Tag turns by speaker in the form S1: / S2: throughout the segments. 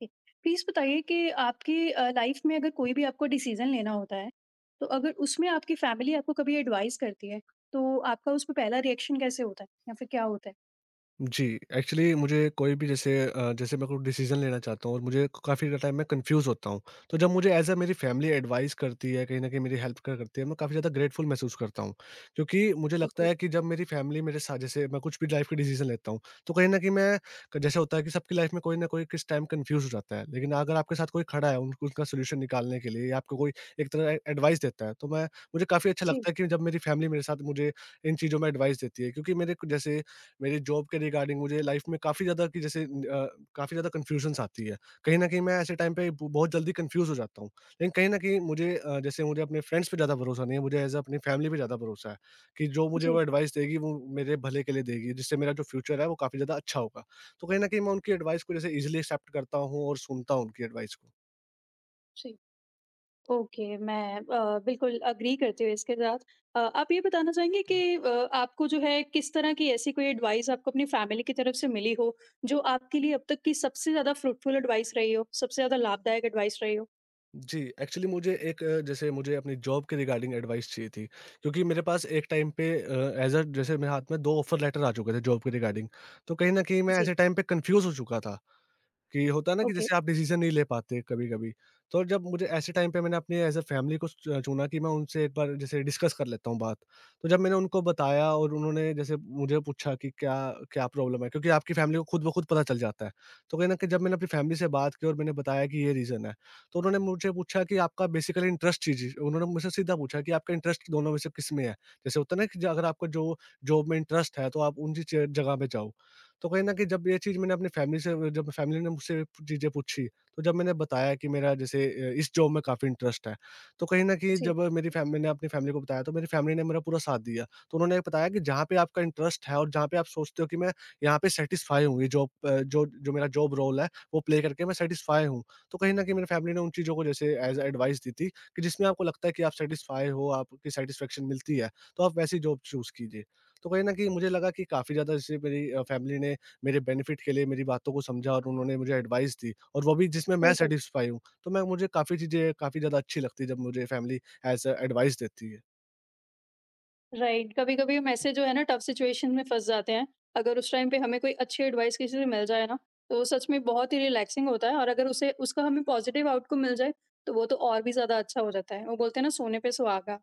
S1: ठीक। प्लीज़ बताइए कि आपकी लाइफ़ में अगर कोई भी आपको डिसीज़न लेना होता है, तो अगर उसमें आपकी फैमिली आपको कभी एडवाइस करती है, तो आपका उसमें पहला रिएक्शन कैसे होता है या फिर क्या होता है?
S2: जी, एक्चुअली मुझे कोई भी जैसे मैं कोई डिसीज़न लेना चाहता हूँ और मुझे काफ़ी ज़्यादा टाइम मैं कन्फ्यूज़ होता हूँ। तो जब मुझे एज़ अ मेरी फ़ैमिली एडवाइस करती है, कहीं न कहीं मेरी हेल्प कर करती है, मैं काफ़ी ज़्यादा ग्रेटफुल महसूस करता हूँ। क्योंकि मुझे लगता
S1: ओके।
S2: है कि जब मेरी फ़ैमिली मेरे साथ जैसे मैं कुछ भी लाइफ़ के डिसीज़न लेता हूँ, तो कहीं न कहीं मैं क जैसे होता है कि सबकी लाइफ़ में कोई न कोई किस टाइम कन्फ्यूज़ हो जाता है। लेकिन अगर आपके साथ कोई खड़ा है, उन उनका सॉल्यूशन निकालने के लिए या आपको कोई एक तरह ए एडवाइस देता है, तो मैं मुझे काफ़ी अच्छा
S1: जी।
S2: लगता है कि जब मेरी फ़ैमिली मेरे साथ मुझे इन चीज़ों में एडवाइस देती है। क्योंकि मेरे क जैसे मेरे जॉब के रिगार्डिंग मुझे लाइफ में काफ़ी ज़्यादा कि जैसे अ, काफ़ी ज़्यादा कन्फ्यूजन्स आती है। कहीं न कहीं मैं ऐसे टाइम पे ब बहुत जल्दी कन्फ्यूज़ हो जाता हूँ। लेकिन कहीं न कहीं मुझे जैसे मुझे अपने फ्रेंड्स पे ज़्यादा भरोसा नहीं है, मुझे एज़ अ अपनी फैमिली पे ज़्यादा भरोसा है कि जो मुझे
S1: जी।
S2: वो एडवाइस देगी वो मेरे भले के लिए देगी, जिससे मेरा जो फ्यूचर है वो काफ़ी ज़्यादा अच्छा होगा। तो कहीं न कहीं मैं उनकी एडवाइस को जैसे ईज़िली एक्सेप्ट करता हूँ और सुनता हूँ उनकी एडवाइस को।
S1: जी। ओके, मैं बिल्कुल अग्री करती हूँ इसके साथ। आप ये बताना चाहेंगे कि आपको जो है किस तरह की ऐसी कोई एडवाइस आपको अपनी फैमिली की तरफ से मिली हो, जो आपके लिए अब तक की सबसे ज़्यादा फ्रूटफुल एडवाइस रही हो, सबसे ज़्यादा लाभदायक एडवाइस रही हो?
S2: जी, एक्चुअली मुझे जैसे मुझे अपनी जॉब के रिगार्डिंग एडवाइस चाहिए थी, क्योंकि मेरे पास एक टाइम पे एज़ अ जैसे मेरे हाथ में 2 ऑफ़र लेटर आ चुके थे जॉब के रिगार्डिंग, तो कहीं न कहीं मैं
S1: जी।
S2: ऐसे टाइम पे कन्फ्यूज़ हो चुका था कि होता है ना कि
S1: ओके।
S2: जैसे आप डिसीज़न नहीं ले पाते कभी-कभी। तो जब मुझे ऐसे टाइम पे मैंने अपनी एज़ अ फैमिली को च चुना कि मैं उनसे एक बार जैसे डिस्कस कर लेता हूँ बात। तो जब मैंने उनको बताया और उन्होंने जैसे मुझे पूछा कि क्या क्या प्रॉब्लम है? क्योंकि आपकी फैमिली को खुद ब खुद पता चल जाता है। तो कहीं न कहीं जब मैंने अपनी फैमिली से बात की और मैंने बताया कि ये रीज़न है, तो उन्होंने मुझे पूछा कि आपका बेसिकली इंटरेस्ट चीज़ उन्होंने मुझसे सीधा पूछा कि आपका इंटरेस्ट दोनों में से किस में है? जैसे होता है ना कि ज अगर आपको जो जॉब में इंटरेस्ट है तो आप उन चीज़ जगह पे जाओ। तो कहीं न कहीं जब ये चीज़ मैंने अपनी फैमिली से जब फैमिली ने मुझसे चीज़ें पूछी, तो जब मैंने बताया कि मेरा जैसे इस जॉब में काफ़ी इंटरेस्ट है, तो कहीं न कहीं
S1: जी।
S2: जब मेरी फैम मैंने अपनी फैमिली को बताया, तो मेरी फैमिली ने मेरा पूरा साथ दिया। तो उन्होंने बताया कि जहाँ पे आपका इंटरेस्ट है और जहाँ पे आप सोचते हो कि मैं यहाँ पे सैटिस्फाई हूँ, ये जॉब जो जो मेरा जॉब रोल है, वो प्ले करके मैं सैटिस्फाई हूँ। तो कहीं न कहीं मेरी फैमिली ने उन चीज़ों को जैसे एज़ अ एडवाइस दी थी कि जिसमें आपको लगता है कि आप सैटिस्फाई हो, आपकी सैटिस्फैक्शन मिलती है, तो आप वैसी जॉब चूज़ कीजिए। तो कहीं न कहीं मुझे लगा कि काफ़ी ज़्यादा जैसे मेरी फैमिली ने मेरे बेनिफिट के लिए मेरी बातों को समझा और उन्होंने मुझे एडवाइस दी और वो भी जिसमें मैं
S1: बिल्कुल।
S2: सैटिस्फाई हूँ। तो मैं मुझे काफ़ी चीज़ें काफ़ी ज़्यादा अच्छी लगती है जब मुझे फैमिली एज़ अ एडवाइस देती है।
S1: राइट, कभी-कभी हम ऐसे जो है ना टफ सिचुएशन में फँस जाते हैं, अगर उस टाइम पे हमें कोई अच्छी एडवाइस किसी से मिल जाए ना, तो वो सच में बहुत ही रिलैक्सिंग होता है और अगर उसे उसका हमें पॉजिटिव आउटकम मिल जाए, तो वो तो और भी ज़्यादा अच्छा हो जाता है। वो बोलते हैं ना सोने पे सुहागा।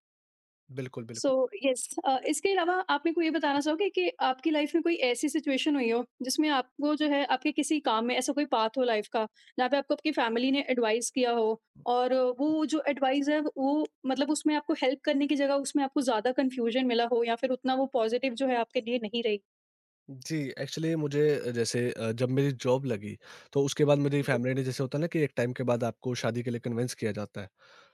S2: बिल्कुल,
S1: सो
S2: बिल्कुल।
S1: यस, इसके अलावा आप मेरे को ये बताना चाहोगे कि आपकी लाइफ में कोई ऐसी सिचुएशन हुई हो जिसमें आपको जो है आपके किसी काम में ऐसा कोई पाथ हो लाइफ का जहाँ पे आपको आपकी फैमिली ने एडवाइस किया हो और वो जो एडवाइस है वो मतलब उसमें आपको हेल्प करने की जगह उसमें आपको ज्यादा कंफ्यूजन मिला हो या फिर उतना वो पॉजिटिव जो है आपके लिए नहीं रही।
S2: जी, एक्चुअली मुझे जैसे जब मेरी जॉब लगी तो उसके बाद मेरी
S1: जी।
S2: फैमिली ने जैसे होता है ना कि एक टाइम के बाद आपको शादी के लिए कन्विंस किया जाता है।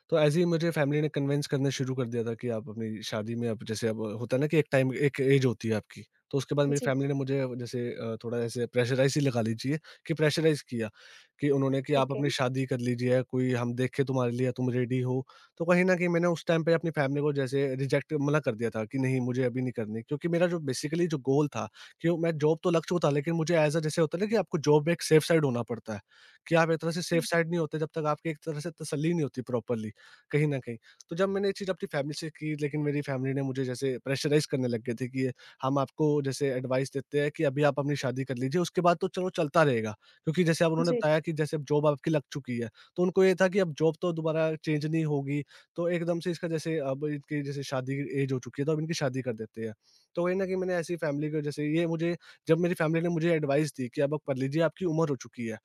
S2: तो ऐसे ही मुझे फैमिली ने कन्विंस करना शुरू कर दिया था कि आप अपनी शादी में आप जैसे अब होता है ना कि एक टाइम एक एज होती है आपकी, तो उसके बाद मेरी
S1: जी,
S2: फैमिली ने मुझे जैसे थोड़ा ऐसे प्रेशराइज़ ही लगा लीजिए कि प्रेशराइज़ किया कि उन्होंने कि आप
S1: ठीक है।
S2: अपनी शादी कर लीजिए या कोई हम देखें तुम्हारे लिए तुम रेडी हो। तो कहीं न कहीं मैंने उस टाइम पे अपनी फैमिली को जैसे रिजेक्ट मना कर दिया था कि नहीं मुझे अभी नहीं करनी, क्योंकि मेरा जो बेसिकली जो गोल था कि मैं जॉब तो लग चुका था लेकिन मुझे ऐज़ अ जैसे होता है ना कि आपको जॉब में एक सेफ साइड होना पड़ता है, कि आप एक तरह से
S1: जी।
S2: सेफ साइड नहीं होते जब तक आपकी एक तरह से तसल्ली नहीं होती प्रॉपरली। कहीं न कहीं। तो जब मैंने ये चीज़ अपनी फैमिली से की लेकिन मेरी फैमिली ने मुझे जैसे प्रेशराइज़ करने लग गए थे कि ये हम आपको जैसे एडवाइस देते हैं कि अभी आप अपनी शादी कर लीजिए, उसके बाद तो चलो चलता रहेगा। क्योंकि जैसे अब उन्होंने
S1: जी।
S2: बताया कि जैसे अब जॉब आपकी लग चुकी है, तो उनको ये था कि अब जॉब तो दोबारा चेंज नहीं होगी, तो एकदम से इसका जैसे अब इनकी जैसे शादी की एज हो चुकी है तो अब इनकी शादी कर देते हैं। तो कहीं न कहीं मैंने ऐसी फैमिली को जैसे ये मुझे जब मेरी फैमिली ने मुझे एडवाइस दी कि अब आप कर लीजिए आपकी उम्र हो चुकी है।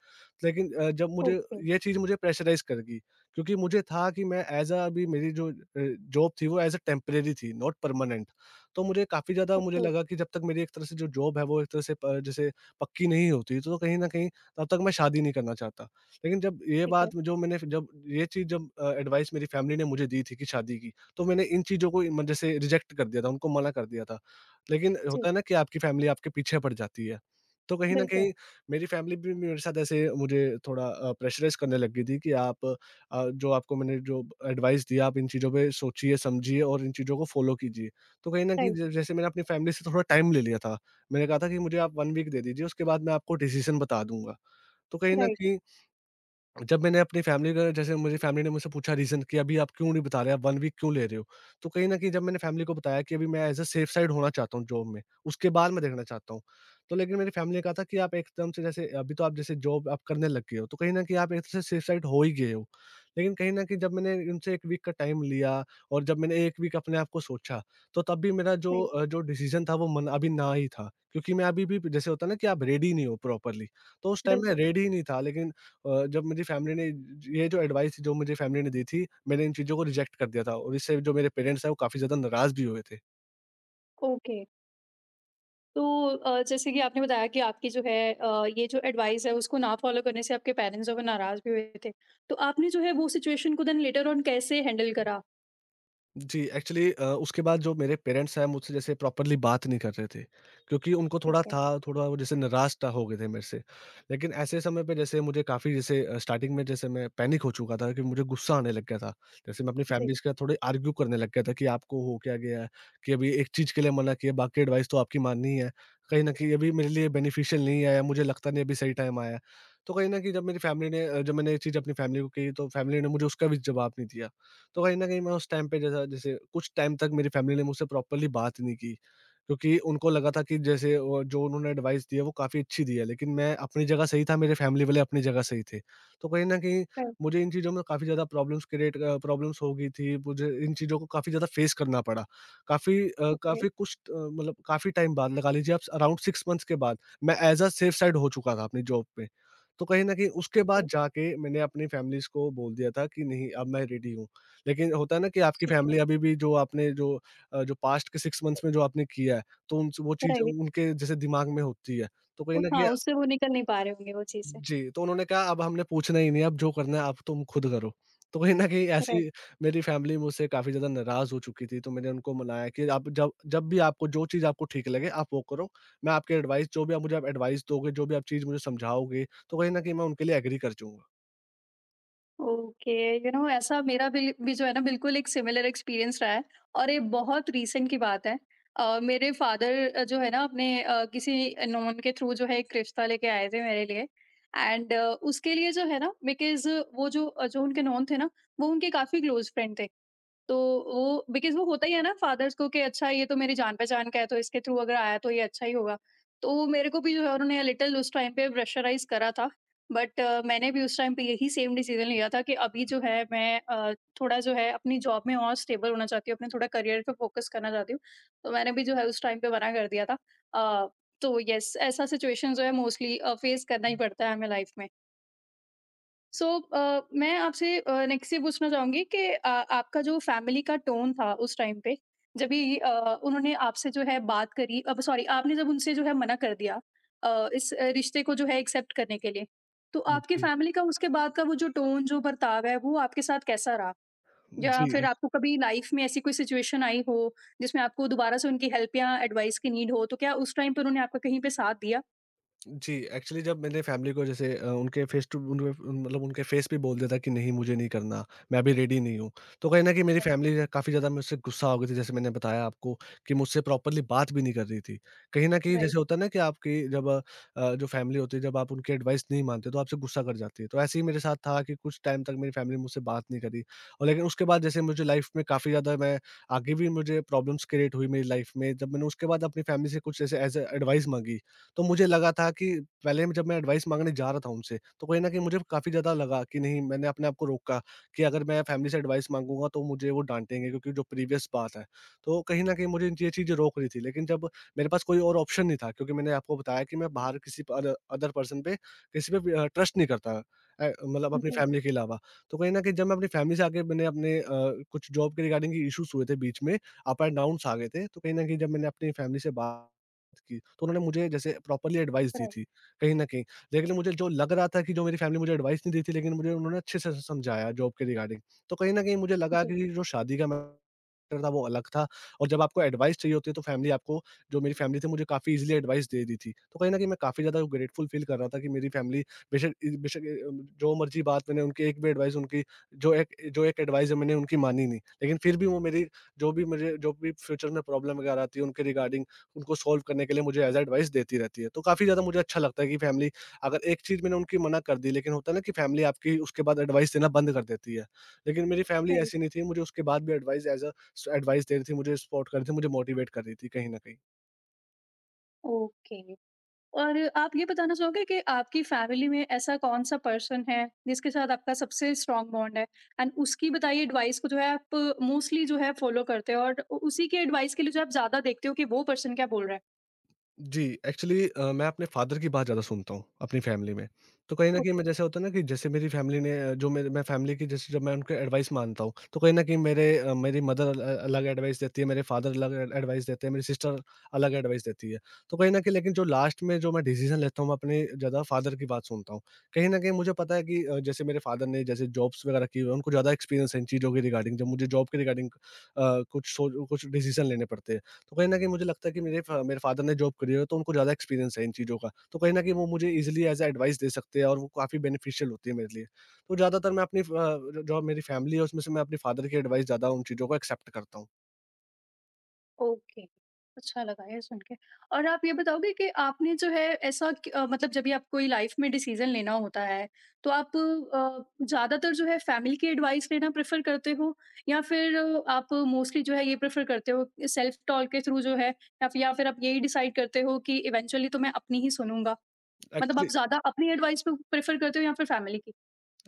S2: लेकिन जब मुझे
S1: ओके।
S2: ये चीज़ मुझे प्रेशराइज़ कर गई, क्योंकि मुझे था कि मैं एज़ अ अभी मेरी जो जॉब थी वो एज़ अ टेम्परेरी थी, नॉट परमानेंट। तो मुझे काफ़ी ज़्यादा मुझे
S1: ओके,
S2: लगा कि जब तक मेरी एक तरह से जो जॉब है वो एक तरह से प जैसे पक्की नहीं होती, तो कहीं न कहीं तब तक मैं शादी नहीं करना चाहता। लेकिन जब ये
S1: ठीक है।
S2: बात जो मैंने जब ये चीज़ जब एडवाइस मेरी फैमिली ने मुझे दी थी कि शादी की, तो मैंने इन चीज़ों को म जैसे रिजेक्ट कर दिया था, उनको मना कर दिया था। लेकिन
S1: जी।
S2: होता है ना कि आपकी फैमिली आपके पीछे पड़ जाती है। तो कहीं न
S1: बिल्कुल।
S2: कहीं मेरी फैमिली भी मेरे साथ ऐसे मुझे थोड़ा प्रेशराइज़ करने लग गई थी कि आप जो आपको मैंने जो एडवाइस दिया आप इन चीज़ों पे सोचिए, समझिए और इन चीज़ों को फ़ॉलो कीजिए। तो कहीं न कहीं
S1: राइट।
S2: ज जैसे मैंने अपनी फैमिली से थोड़ा टाइम ले लिया था। मैंने कहा था कि मुझे आप 1 वीक दे दीजिए उसके बाद मैं आपको डिसीज़न बता दूँगा। तो कहीं न
S1: राइट।
S2: कहीं जब मैंने अपनी फैमिली का जैसे मुझे फैमिली ने मुझसे पूछा रीज़न कि अभी आप क्यों नहीं बता रहे, आप 1 वीक क्यों ले रहे हो? तो कहीं न कहीं जब मैंने फैमिली को बताया कि अभी मैं एज़ अ सेफ साइड होना चाहता हूँ जॉब में, उसके बाद मैं देखना चाहता हूँ। तो लेकिन मेरी फैमिली ने कहा था कि आप एकदम से जैसे अभी तो आप जैसे जॉब आप करने लग गए हो, तो कहीं न कहीं आप एक तरह से सेफ साइड हो ही गए हो। लेकिन कहीं न कहीं जब मैंने उनसे 1 वीक का टाइम लिया और जब मैंने 1 वीक अपने आप को सोचा, तो तब भी मेरा जो
S1: राइट।
S2: जो डिसीज़न था वो मन अभी ना ही था। क्योंकि मैं अभी भी जैसे होता है ना कि आप रेडी नहीं हो प्रॉपर्ली, तो उस टाइम मैं
S1: बिल्कुल।
S2: रेडी ही नहीं था लेकिन जब मेरी फैमिली ने ये जो एडवाइस जो मुझे फैमिली ने दी थी, मैंने इन चीज़ों को रिजेक्ट कर दिया था और इससे जो मेरे पेरेंट्स हैं, वो काफ़ी ज़्यादा नाराज़ भी हुए थे।
S1: ओके, तो जैसे कि आपने बताया कि आपकी जो है ये जो एडवाइस है उसको ना फॉलो करने से आपके पेरेंट्स जो है नाराज भी हुए थे। तो आपने जो है वो सिचुएशन को देन लेटर ऑन कैसे हैंडल करा?
S2: जी, एक्चुअली उसके बाद जो मेरे पेरेंट्स हैं मुझसे जैसे प्रॉपरली बात नहीं कर रहे थे, क्योंकि उनको थोड़ा
S1: ठीक है।
S2: था थोड़ा वो जैसे नाराज़ टा हो गए थे मेरे से। लेकिन ऐसे समय पे जैसे मुझे काफ़ी जैसे स्टार्टिंग में जैसे मैं पैनिक हो चुका था कि मुझे गुस्सा आने लग गया था। जैसे मैं अपनी
S1: जी।
S2: फैमिलीज़ के साथ थोड़े आर्ग्यू करने लग गया था कि आपको हो क्या गया है? कि अभी एक चीज़ के लिए मना किया, बाकी एडवाइस तो आपकी माननी है। कहीं न कहीं अभी मेरे लिए बेनिफिशियल नहीं है या मुझे लगता नहीं अभी सही टाइम आया है। तो कहीं न कहीं जब मेरी फैमिली ने अ, जब मैंने ये चीज़ अपनी फैमिली को कही, तो फैमिली ने मुझे उसका भी जवाब नहीं दिया। तो कहीं न कहीं मैं उस टाइम पे जैसा जैसे कुछ टाइम तक मेरी फैमिली ने मुझसे प्रॉपरली बात नहीं की, क्योंकि उनको लगा था कि जैसे वो जो उन्होंने एडवाइस दी है वो काफ़ी अच्छी दी है, लेकिन मैं अपनी जगह सही था, मेरे फैमिली वाले अपनी जगह सही थे। तो कहीं न कहीं
S1: अ,
S2: मुझे इन चीज़ों में काफ़ी ज़्यादा प्रॉब्लम्स हो गई थी, मुझे इन चीज़ों को काफ़ी ज़्यादा फेस करना पड़ा। काफ़ी अ,
S1: ओके।
S2: काफ़ी कुछ अ, मतलब काफ़ी टाइम बाद, लगा लीजिए, आप अराउंड 6 मंथ्स के बाद मैं एज़ अ सेफ साइड हो चुका था अपनी जॉब पे। तो कहीं न कहीं उसके
S1: ओके।
S2: बाद जाके मैंने अपनी फैमिलीज़ को बोल दिया था कि नहीं, अब मैं रेडी हूँ। लेकिन होता है ना कि आपकी
S1: ठीक है।
S2: फैमिली अभी भी जो आपने जो अ, जो पास्ट के 6 मंथ्स में जो आपने किया है, तो उन वो चीज़
S1: राइट।
S2: उनके जैसे दिमाग में होती है। तो कहीं
S1: उस
S2: न
S1: हाँ,
S2: कहीं।
S1: उससे वो निकल नहीं पा रहे होंगे वो चीज़
S2: जी, तो उन्होंने कहा अब हमने पूछना ही नहीं है, अब जो करना है आप तुम खुद करो। तो कहीं न कहीं
S1: से।
S2: ऐसी मेरी फैमिली मुझसे काफ़ी ज़्यादा नाराज़ हो चुकी थी, तो मैंने उनको मनाया कि आप जब जब भी आपको जो चीज़ आपको ठीक लगे आप वो करो। मैं आपकी एडवाइस जो भी आप मुझे आप एडवाइस दोगे, जो भी आप चीज़ मुझे समझाओगे, तो कहीं न कहीं मैं उनके लिए एग्री कर जाऊँगा।
S1: ओके, यू नो ऐसा मेरा भी जो है ना बिल्कुल एक सिमिलर एक्सपीरियंस रहा है और ये बहुत रीसेंट की बात है। मेरे फादर जो है ना अपने किसी नॉन के थ्रू जो है एक रिश्ता लेके आए थे मेरे लिए एंड उसके लिए जो है ना बिकॉज़ वो जो उनके नॉन थे ना, वो उनके काफ़ी क्लोज़ फ्रेंड थे। तो वो बिकॉज़ वो होता ही है ना फादर्स को कि अच्छा ये तो मेरी जान-पहचान का है, तो इसके थ्रू अगर आया तो ये अच्छा ही होगा। तो मेरे को भी जो है उन्होंने लिटिल उस टाइम पे प्रेशराइज़ करा था। बट मैंने भी उस टाइम पे यही सेम डिसीज़न लिया था कि अभी जो है मैं थोड़ा जो है अपनी जॉब में और स्टेबल होना चाहती हूँ, अपने थोड़ा करियर पे फ़ोकस करना चाहती हूँ। तो मैंने भी जो है उस टाइम पे मना कर दिया था। अ, तो येस, ऐसा सिचुएशन जो है मोस्टली फ़ेस करना ही पड़ता है हमें लाइफ़ में। सो मैं आपसे नेक्स्ट ये पूछना चाहूँगी कि आपका जो फैमिली का टोन था उस टाइम पे जब भी उन्होंने आपसे जो है बात करी अब सॉरी आपने जब उनसे जो है मना कर दिया इस रिश्ते को जो है एक्सेप्ट करने के लिए तो आपकी
S2: जी,
S1: फैमिली का उसके बाद का वो जो टोन जो बर्ताव है वो आपके साथ कैसा रहा
S2: जी।
S1: या फिर आपको कभी लाइफ में ऐसी कोई सिचुएशन आई हो जिसमें आपको दोबारा से उनकी हेल्प या एडवाइस की नीड हो तो क्या उस टाइम पर उन्होंने आपका कहीं पे साथ दिया?
S2: जी, एक्चुअली जब मैंने फ़ैमिली को उनके फेस टू उनके उन मतलब उनके फेस पे बोल दिया था कि नहीं, मुझे नहीं करना, मैं अभी रेडी नहीं हूँ। तो कहीं न कहीं मेरी
S1: राइट।
S2: फ़ैमिली काफ़ी ज़्यादा मुझसे गुस्सा हो गई थी, जैसे मैंने बताया आपको, कि मुझसे प्रॉपर्ली बात भी नहीं कर रही थी। कहीं न कहीं
S1: राइट।
S2: जैसे होता है ना कि आपकी जो फ़ैमिली होती है, जब आप उनकी एडवाइस नहीं मानते, तो आपसे गुस्सा कर जाती है। तो ऐसे ही मेरे साथ था कि कुछ टाइम तक मेरी फ़ैमिली मुझसे बात नहीं करी, और लेकिन उसके बाद जैसे मुझे लाइफ़ में काफ़ी ज़्यादा मैं आगे भी मुझे प्रॉब्लम्स क्रिएट हुई मेरी लाइफ़ में। जब मैंने उसके बाद अपनी फ़ैमिली से कुछ ऐसे एज़ अ एडवाइस माँगी, तो मुझे लगा था कि पहले जब मैं एडवाइस माँगने जा रहा था उनसे, तो कहीं न कहीं मुझे काफ़ी ज़्यादा लगा कि नहीं, मैंने अपने आप को रोका कि अगर मैं फैमिली से एडवाइस माँगूँगा तो मुझे वो डाँटेंगे, क्योंकि जो प्रीवियस बात है। तो कहीं न कहीं मुझे ये चीज़ें रोक रही थी, लेकिन जब मेरे पास कोई और ऑप्शन नहीं था, क्योंकि मैंने आपको बताया कि मैं बाहर किसी प अदर अदर पर्सन पे, किसी पे भी ट्रस्ट नहीं करता, मतलब अपनी
S1: राइट।
S2: फैमिली के अलावा। तो कहीं न कहीं जब मैं अपनी फैमिली से आके मैंने कुछ जॉब के रिगार्डिंग इश्यूज़ हुए थे बीच में, अप एंड डाउन्स आ गए थे, तो कहीं न कहीं जब मैंने अपनी फैमिली से बा की, तो उन्होंने मुझे जैसे प्रॉपर्ली एडवाइस दी
S1: राइट।
S2: थी, कहीं न कहीं। लेकिन मुझे जो लग रहा था कि जो मेरी फैमिली मुझे एडवाइस नहीं दी थी, लेकिन मुझे उन्होंने अच्छे से समझाया जॉब के रिगार्डिंग। तो कहीं न कहीं मुझे लगा
S1: जी।
S2: कि जो शादी का मैटर था, वो अलग था, और जब आपको एडवाइस चाहिए होती है, तो फैमिली आपको, जो मेरी फैमिली थी, मुझे काफ़ी ईज़िली एडवाइस दे दी थी। तो कहीं न कहीं मैं काफ़ी ज़्यादा ग्रेटफुल फ़ील कर रहा था कि मेरी फैमिली बेशक जो मर्ज़ी बात, मैंने उनकी एक भी एडवाइस, उनकी जो एक एडवाइस है, मैंने उनकी मानी नहीं। लेकिन फिर भी वो मेरी जो भी फ्यूचर में प्रॉब्लम वगैरह आती है, उनके रिगार्डिंग, उनको सॉल्व करने के लिए मुझे एज़ एडवाइस देती रहती है। तो काफ़ी ज़्यादा मुझे अच्छा लगता है कि फैमिली, अगर एक चीज़ मैंने उनकी मना कर दी, लेकिन होता है ना कि फैमिली आपकी उसके बाद एडवाइस देना बंद कर देती है। लेकिन मेरी फैमिली
S1: राइट।
S2: ऐसी नहीं थी, मुझे उसके बाद भी एडवाइस एज़ अ स एडवाइस दे रही थी, मुझे सपोर्ट कर रही थी, मुझे मोटिवेट कर रही थी कहीं न कहीं।
S1: ओके, और आप ये बताना चाहोगे कि आपकी फैमिली में ऐसा कौन-सा पर्सन है, जिसके साथ आपका सबसे स्ट्रॉन्ग बॉन्ड है? एंड उसकी बताइए एडवाइस को जो है आप मोस्टली जो है फॉलो करते हो और उ उसी के एडवाइस के लिए जो आप ज़्यादा देखते हो कि वो पर्सन क्या बोल रहा है?
S2: जी, एक्चुअली मैं अपने फादर की बात ज़्यादा सुनता हूँ, अपनी फैमिली में। तो कहीं न कहीं
S1: ओके।
S2: मैं जैसे होता है ना कि जैसे मेरी जो मेरे मैं फैमिली की जैसे जब मैं उनके एडवाइस मानता हूँ, तो कहीं न कहीं मेरी मदर अलग एडवाइस देती है, मेरे फादर अलग एड एडवाइस देते हैं, मेरी सिस्टर अलग एडवाइस देती है। तो कहीं न कहीं, लेकिन जो लास्ट में जो मैं डिसीज़न लेता हूँ, मैं अपने ज़्यादा फादर की बात सुनता हूँ। कहीं न कहीं मुझे पता है कि जैसे मेरे फादर ने जैसे जॉब्स वगैरह की हुई है, उनको ज़्यादा एक्सपीरियंस है इन चीज़ों के रिगार्डिंग। जब मुझे जॉब के रिगार्डिंग कुछ डिसीज़न लेने पड़ते हैं, तो कहीं न कहीं मुझे लगता है कि मेरे फ़ादर ने जॉब करी है, तो उनको ज़्यादा एक्सपीरियंस है इन चीज़ों का। तो कहीं न कहीं वो मुझे ईज़िली एज़ अ एडवाइस दे सकते हैं, और वो काफ़ी बेनिफिशियल होती है मेरे लिए। तो ज़्यादातर मैं अपनी फ़ अ, जो जो मेरी फैमिली है, उसमें से मैं अपने फ़ादर की एडवाइस, ज़्यादा उन चीज़ों को एक्सेप्ट करता हूँ।
S1: ओके, अच्छा लगा ये सुन के। और आप ये बताओगे कि आपने जो है ऐसा मतलब जब भी आप कोई लाइफ़ में डिसीज़न लेना होता है, तो आप ज़्यादातर जो है फैमिली की एडवाइस लेना प्रेफ़र करते हो? या फिर आप मोस्टली जो है ये प्रेफ़र करते हो सेल्फ टॉक के थ्रू जो है या फिर आप यही डिसाइड करते हो कि इवेंचुअली तो मैं अपनी ही सुनूँगा? मतलब आप
S2: एक्चुअली
S1: ज़्यादा अपनी एडवाइस पे प्रेफ़र करते हो या फिर फैमिली की?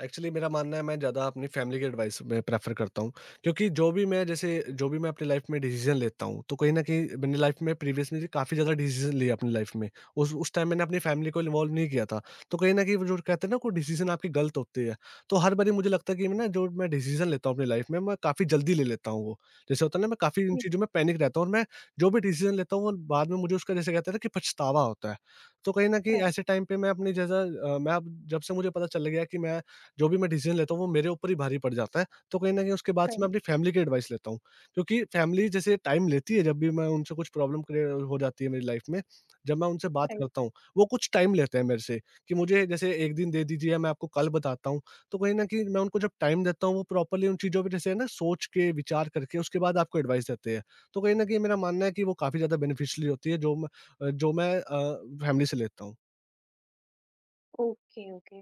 S2: एक्चुअली मेरा मानना है मैं ज़्यादा अपनी फैमिली की एडवाइस में प्रेफर करता हूँ, क्योंकि जो भी मैं अपनी लाइफ में डिसीजन लेता हूँ, तो कहीं न कहीं मैंने लाइफ में प्रीवियस में काफ़ी ज़्यादा डिसीजन लिए अपनी लाइफ में। उस टाइम मैंने अपनी फैमिली को इन्वॉल्व नहीं किया था। तो कहीं न कहीं वो जो कहते हैं ना, कोई डिसीजन आपकी गलत होती है। तो हर बारी मुझे लगता है कि मैं ना, जो मैं डिसीजन लेता हूँ अपनी लाइफ में, मैं काफ़ी जल्दी ले लेता हूँ वो। जैसे होता है ना, मैं काफ़ी इन
S1: जी।
S2: चीज़ों में पैनिक रहता हूँ, और मैं जो भी डिसीजन लेता हूँ वो बाद में मुझे उसका जैसे कहते हैं ना कि पछतावा होता है। तो कहीं न कहीं
S1: राइट।
S2: ऐसे टाइम पे मैं मैं अब, जब से मुझे पता चल गया कि मैं जो भी मैं डिसीज़न लेता हूँ वो मेरे ऊपर ही भारी पड़ जाता है। तो कहीं न कहीं उसके बाद से मैं
S1: करेक्ट।
S2: अपनी फैमिली की एडवाइस लेता हूँ। क्योंकि फैमिली जैसे टाइम लेती है जब भी मैं उनसे कुछ प्रॉब्लम क्रिए हो जाती है मेरी लाइफ़ में, जब मैं उनसे बात
S1: राइट।
S2: करता हूँ, वो कुछ टाइम लेते हैं मेरे से कि मुझे जैसे 1 दिन दे दीजिए या मैं आपको कल बताता हूँ। तो कहीं न कहीं मैं उनको जब टाइम देता हूँ, वो प्रॉपर्ली उन चीज़ों पे जैसे है ना सोच के, विचार करके उसके बाद आपको एडवाइस देते हैं। तो कहीं न कहीं मेरा मानना है कि वो काफ़ी ज़्यादा बेनिफिशियल होती है जो मैं फैमिली से लेता हूँ।
S1: ओके। ओके।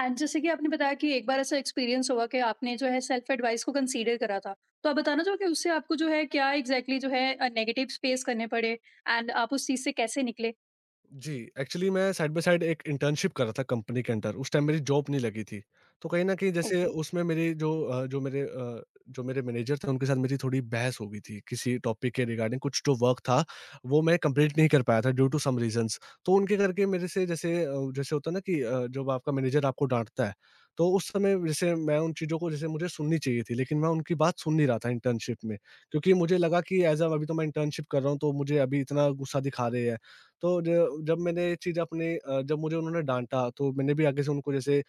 S1: एंड जैसे कि आपने बताया कि एक बार ऐसा एक्सपीरियंस हुआ कि आपने जो है सेल्फ एडवाइस को कंसीडर करा था। तो आप बताना चाहोगे उससे आपको जो है क्या एग्ज़ैक्टली जो है नेगेटिव्स फेस करने पड़े एंड आप उस चीज़ से कैसे निकले?
S2: जी, एक्चुअली मैं साइड बाय साइड एक इंटर्नशिप कर रहा था कंपनी के अंदर, उस टाइम मेरी जॉब नहीं लगी थी। तो कहीं न कहीं जैसे
S1: ओके।
S2: उसमें मेरी जो अ, जो मेरे मैनेजर थे, उनके साथ मेरी थोड़ी बहस हो गई थी किसी टॉपिक के रिगार्डिंग, कुछ जो वर्क था, वो मैं कंप्लीट नहीं कर पाया था ड्यू टू सम रीज़न्स। तो उनके करके मेरे से जैसे होता है ना कि जब आपका मैनेजर आपको डाँटता है, तो उस समय जैसे मैं उन चीज़ों को, जैसे मुझे सुननी चाहिए थी, लेकिन मैं उनकी बात सुन नहीं रहा था इंटर्नशिप में। क्योंकि मुझे लगा कि ऐज़ अ अभी तो मैं इंटर्नशिप कर रहा हूँ, तो मुझे अभी इतना गुस्सा दिखा रहे हैं। तो ज जब मैंने ये चीज़, जब मुझे उन्होंने डाँटा, तो मैंने भी आगे से उनको जैसे अ,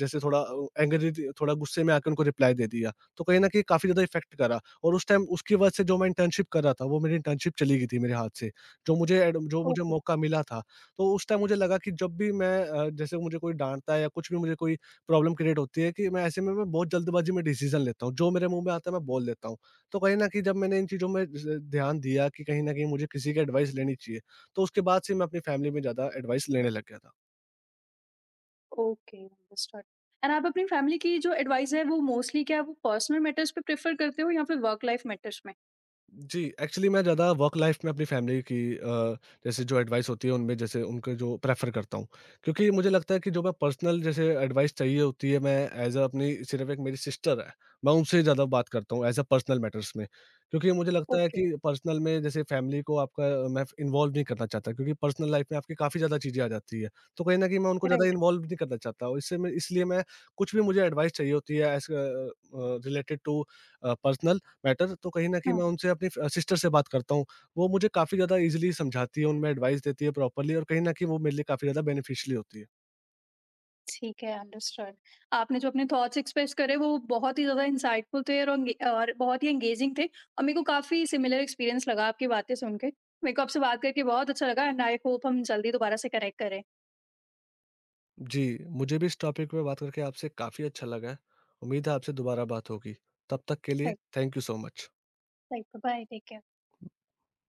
S2: जैसे थोड़ा एंग्री, थोड़ा गुस्से में आके उनको रिप्लाई दे दिया। तो कहीं न कहीं काफ़ी ज़्यादा इफ़ेक्ट करा, और उस टाइम उसकी वजह से जो मैं इंटर्नशिप कर रहा था वो मेरी इंटर्नशिप चली गई थी मेरे हाथ से, जो मुझे
S1: ओके।
S2: मौका मिला था। तो उस टाइम मुझे लगा कि जब भी मैं जैसे मुझे कोई डाँटता है या कुछ भी मुझे कोई प्रॉब्लम क्रिएट होती है, कि मैं ऐसे में मैं बहुत जल्दबाज़ी में डिसीज़न लेता हूँ, जो मेरे मुँह में आता है मैं बोल देता हूँ। तो कहीं न कहीं जब मैंने इन चीज़ों में ज ध्यान दिया, कि कहीं न कहीं मुझे किसी की एडवाइस लेनी चाहिए। तो उसके बाद से मैं अपनी फैमिली में ज़्यादा एडवाइस लेने लग गया था।
S1: Okay, understood. एंड आप अपनी फैमिली की जो एडवाइस है वो मोस्टली क्या वो पर्सनल मैटर्स पे प्रेफ़र करते हो या फिर वर्क लाइफ़ मैटर्स में?
S2: जी, एक्चुअली मैं ज़्यादा वर्क लाइफ़ में अपनी फैमिली की जैसे जो एडवाइस होती है, उनमें जैसे उनको जो प्रेफ़र करता हूँ। क्योंकि मुझे लगता है कि जो मैं पर्सनल जैसे एडवाइस चाहिए होती है, मैं एज़ अ अपनी सिर्फ़ एक मेरी सिस्टर है, मैं उनसे ज़्यादा बात करता हूँ एज़ अ पर्सनल मैटर्स में। क्योंकि मुझे लगता है
S1: ओके।
S2: कि पर्सनल में जैसे फैमिली को मैं इन्वॉल्व नहीं करना चाहता, क्योंकि पर्सनल लाइफ़ में आपकी काफ़ी ज़्यादा चीज़ें आ जाती है। तो कहीं न कहीं मैं उनको ज़्यादा
S1: राइट।
S2: इन्वॉल्व नहीं करना चाहता, और इससे मैं इसलिए मैं कुछ भी मुझे एडवाइस चाहिए होती है रिलेटेड टू पर्सनल बेटर, तो कहीं न कहीं
S1: हाँ।
S2: मैं उनसे अपनी फ सिस्टर से बात करता हूँ। वो मुझे काफ़ी ज़्यादा ईज़िली समझाती है, उनमें एडवाइस देती है प्रॉपर्ली, और कहीं न कहीं वो मेरे लिए काफ़ी ज़्यादा बेनिफिशियल होती है।
S1: ठीक है, अंडरस्टूड। आपने जो अपने थॉट्स एक्सप्रेस करे वो बहुत ही ज़्यादा इंसाइटफुल थे और बहुत ही एंगेजिंग थे और मेरे को काफ़ी सिमिलर एक्सपीरियंस लगा आपकी बातें सुन के। मेरे को आपसे बात करके बहुत अच्छा लगा एंड आई होप हम जल्दी दोबारा से कनेक्ट करें।
S2: जी, मुझे भी इस टॉपिक पे बात करके आपसे काफ़ी अच्छा लगा है। उम्मीद है आपसे दोबारा बात होगी। तब तक के लिए
S1: right,
S2: thank you so much.
S1: Right, bye, take care.